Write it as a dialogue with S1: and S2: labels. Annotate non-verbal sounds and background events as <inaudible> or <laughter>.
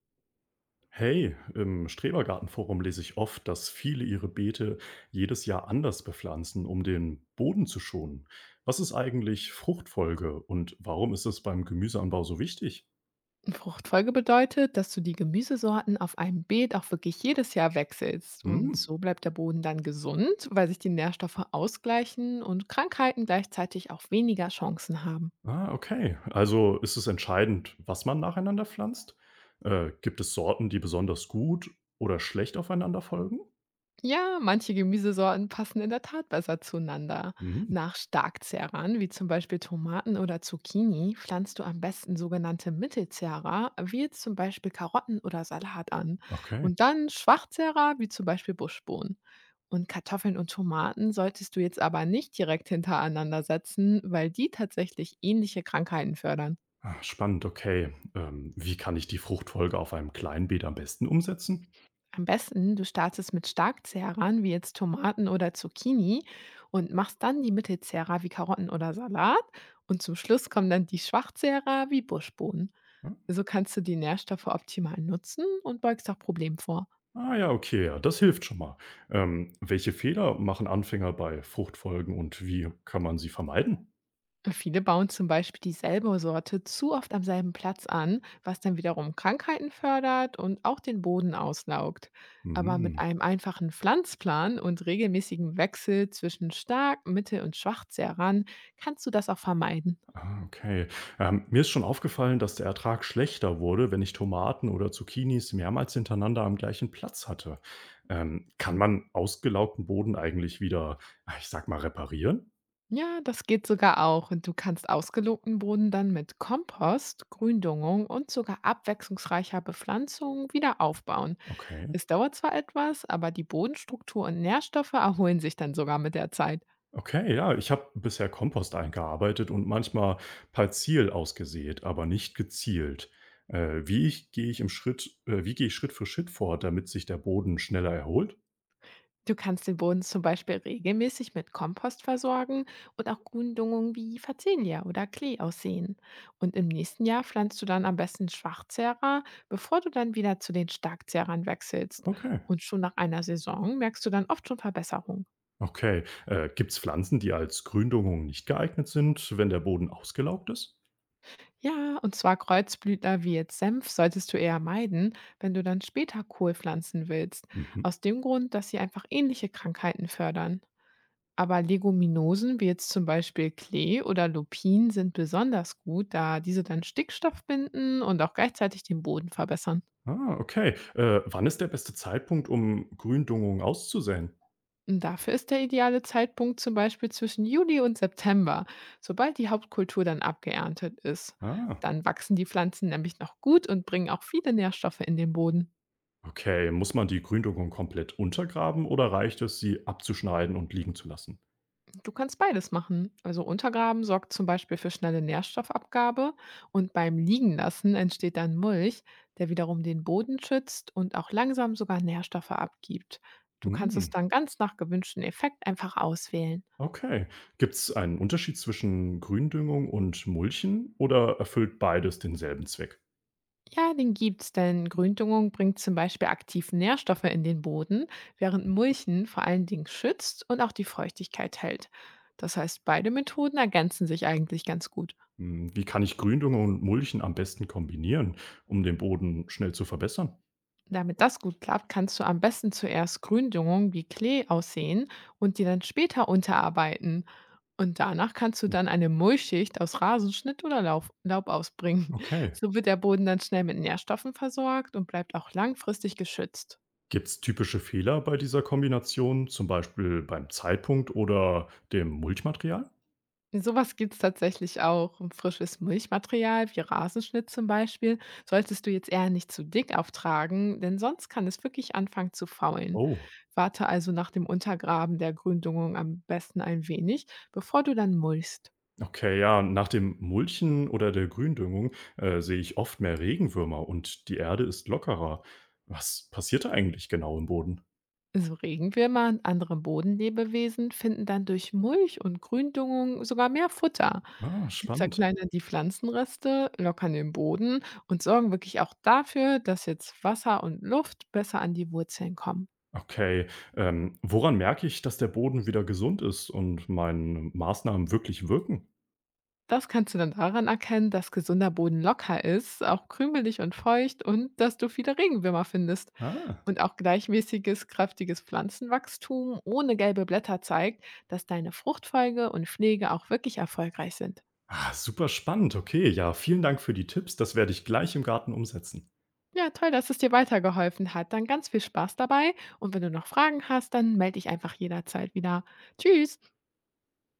S1: Hey, im Strebergartenforum lese ich oft, dass viele ihre Beete jedes Jahr anders bepflanzen, um den Boden zu schonen. Was ist eigentlich Fruchtfolge und warum ist es beim Gemüseanbau so wichtig?
S2: Fruchtfolge bedeutet, dass du die Gemüsesorten auf einem Beet auch wirklich jedes Jahr wechselst. Und
S1: Hm?
S2: so bleibt der Boden dann gesund, weil sich die Nährstoffe ausgleichen und Krankheiten gleichzeitig auch weniger Chancen haben.
S1: Ah, okay. Also ist es entscheidend, was man nacheinander pflanzt? Gibt es Sorten, die besonders gut oder schlecht aufeinander folgen?
S2: Ja, manche Gemüsesorten passen in der Tat besser zueinander.
S1: Hm,
S2: Nach Starkzehrern, wie zum Beispiel Tomaten oder Zucchini, pflanzt du am besten sogenannte Mittelzehrer, wie jetzt zum Beispiel Karotten oder Salat an.
S1: okay.
S2: Und dann Schwachzehrer, wie zum Beispiel Buschbohnen. Und Kartoffeln und Tomaten solltest du jetzt aber nicht direkt hintereinander setzen, weil die tatsächlich ähnliche Krankheiten fördern.
S1: Ah, spannend, okay. Wie kann ich die Fruchtfolge auf einem Kleinbeet am besten umsetzen?
S2: Am besten, du startest mit Starkzehrern wie jetzt Tomaten oder Zucchini und machst dann die Mittelzehrer wie Karotten oder Salat und zum Schluss kommen dann die Schwachzehrer wie Buschbohnen.
S1: Hm?
S2: So kannst du die Nährstoffe optimal nutzen und beugst auch Problemen vor.
S1: Ah ja, okay, ja, das hilft schon mal. Welche Fehler machen Anfänger bei Fruchtfolgen und wie kann man sie vermeiden?
S2: Viele bauen zum Beispiel dieselbe Sorte zu oft am selben Platz an, was dann wiederum Krankheiten fördert und auch den Boden auslaugt. Aber mit
S1: Mhm.
S2: einem einfachen Pflanzplan und regelmäßigen Wechsel zwischen stark, mittel und schwach Zerran kannst du das auch vermeiden.
S1: Ah, okay. Mir ist schon aufgefallen, dass der Ertrag schlechter wurde, wenn ich Tomaten oder Zucchinis mehrmals hintereinander am gleichen Platz hatte. Kann man ausgelaugten Boden eigentlich wieder, ah, ich sag mal, reparieren?
S2: Ja, das geht sogar auch und du kannst ausgelogten Boden dann mit Kompost, Gründüngung und sogar abwechslungsreicher Bepflanzung wieder aufbauen.
S1: Okay.
S2: Es dauert zwar etwas, aber die Bodenstruktur und Nährstoffe erholen sich dann sogar mit der Zeit.
S1: Okay, ja, ich habe bisher Kompost eingearbeitet und manchmal partiell ausgesät, aber nicht gezielt. Wie gehe ich Schritt für Schritt vor, damit sich der Boden schneller erholt?
S2: Du kannst den Boden zum Beispiel regelmäßig mit Kompost versorgen und auch Gründüngung wie Facelia oder Klee aussehen. Und im nächsten Jahr pflanzt du dann am besten Schwachzehrer, bevor du dann wieder zu den Starkzehrern wechselst.
S1: Okay,
S2: Und schon nach einer Saison merkst du dann oft schon Verbesserung.
S1: okay. Gibt es Pflanzen, die als Gründüngung nicht geeignet sind, wenn der Boden ausgelaugt ist?
S2: Ja, und zwar Kreuzblütler wie jetzt Senf solltest du eher meiden, wenn du dann später Kohl pflanzen willst.
S1: Mhm.
S2: Aus dem Grund, dass sie einfach ähnliche Krankheiten fördern. Aber Leguminosen wie jetzt zum Beispiel Klee oder Lupin sind besonders gut, da diese dann Stickstoff binden und auch gleichzeitig den Boden verbessern.
S1: Ah, okay. Wann ist der beste Zeitpunkt, um Gründüngung auszusäen?
S2: Und dafür ist der ideale Zeitpunkt zum Beispiel zwischen Juli und September, sobald die Hauptkultur dann abgeerntet ist.
S1: Ah,
S2: Dann wachsen die Pflanzen nämlich noch gut und bringen auch viele Nährstoffe in den Boden.
S1: okay. Muss man die Gründüngung komplett untergraben oder reicht es, sie abzuschneiden und liegen zu lassen?
S2: Du kannst beides machen. Also Untergraben sorgt zum Beispiel für schnelle Nährstoffabgabe und beim Liegenlassen entsteht dann Mulch, der wiederum den Boden schützt und auch langsam sogar Nährstoffe abgibt. Du kannst es
S1: Hm.
S2: dann ganz nach gewünschten Effekt einfach auswählen.
S1: Okay. Gibt es einen Unterschied zwischen Gründüngung und Mulchen oder erfüllt beides denselben Zweck?
S2: Ja, den gibt's, denn Gründüngung bringt zum Beispiel aktiv Nährstoffe in den Boden, während Mulchen vor allen Dingen schützt und auch die Feuchtigkeit hält. Das heißt, beide Methoden ergänzen sich eigentlich ganz gut.
S1: Hm. Wie kann ich Gründüngung und Mulchen am besten kombinieren, um den Boden schnell zu verbessern?
S2: Damit das gut klappt, kannst du am besten zuerst Gründüngung wie Klee aussehen und die dann später unterarbeiten. Und danach kannst du
S1: Hm.
S2: dann eine Mulchschicht aus Rasenschnitt oder Laub ausbringen. <laughs>
S1: Okay.
S2: So wird der Boden dann schnell mit Nährstoffen versorgt und bleibt auch langfristig geschützt.
S1: Gibt es typische Fehler bei dieser Kombination, zum Beispiel beim Zeitpunkt oder dem Mulchmaterial?
S2: Sowas was gibt's tatsächlich auch. Und frisches Milchmaterial, wie Rasenschnitt zum Beispiel, solltest du jetzt eher nicht zu dick auftragen, denn sonst kann es wirklich anfangen zu faulen.
S1: Oh.
S2: Warte also nach dem Untergraben der Gründüngung am besten ein wenig, bevor du dann mulchst.
S1: Okay, ja, nach dem Mulchen oder der Gründüngung sehe ich oft mehr Regenwürmer und die Erde ist lockerer. Was passiert da eigentlich genau im Boden?
S2: So Regenwürmer und andere Bodenlebewesen finden dann durch Mulch und Gründüngung sogar mehr Futter.
S1: Ah,
S2: Sie
S1: spannend.
S2: zerkleinern die Pflanzenreste, lockern den Boden und sorgen wirklich auch dafür, dass jetzt Wasser und Luft besser an die Wurzeln kommen.
S1: Okay, woran merke ich, dass der Boden wieder gesund ist und meine Maßnahmen wirklich wirken?
S2: Das kannst du dann daran erkennen, dass gesunder Boden locker ist, auch krümelig und feucht und dass du viele Regenwürmer findest.
S1: Ah.
S2: Und auch gleichmäßiges, kräftiges Pflanzenwachstum ohne gelbe Blätter zeigt, dass deine Fruchtfolge und Pflege auch wirklich erfolgreich sind.
S1: Ah, super spannend. Okay, ja, vielen Dank für die Tipps. Das werde ich gleich im Garten umsetzen.
S2: Ja, toll, dass es dir weitergeholfen hat. Dann ganz viel Spaß dabei. Und wenn du noch Fragen hast, dann melde dich einfach jederzeit wieder. Tschüss!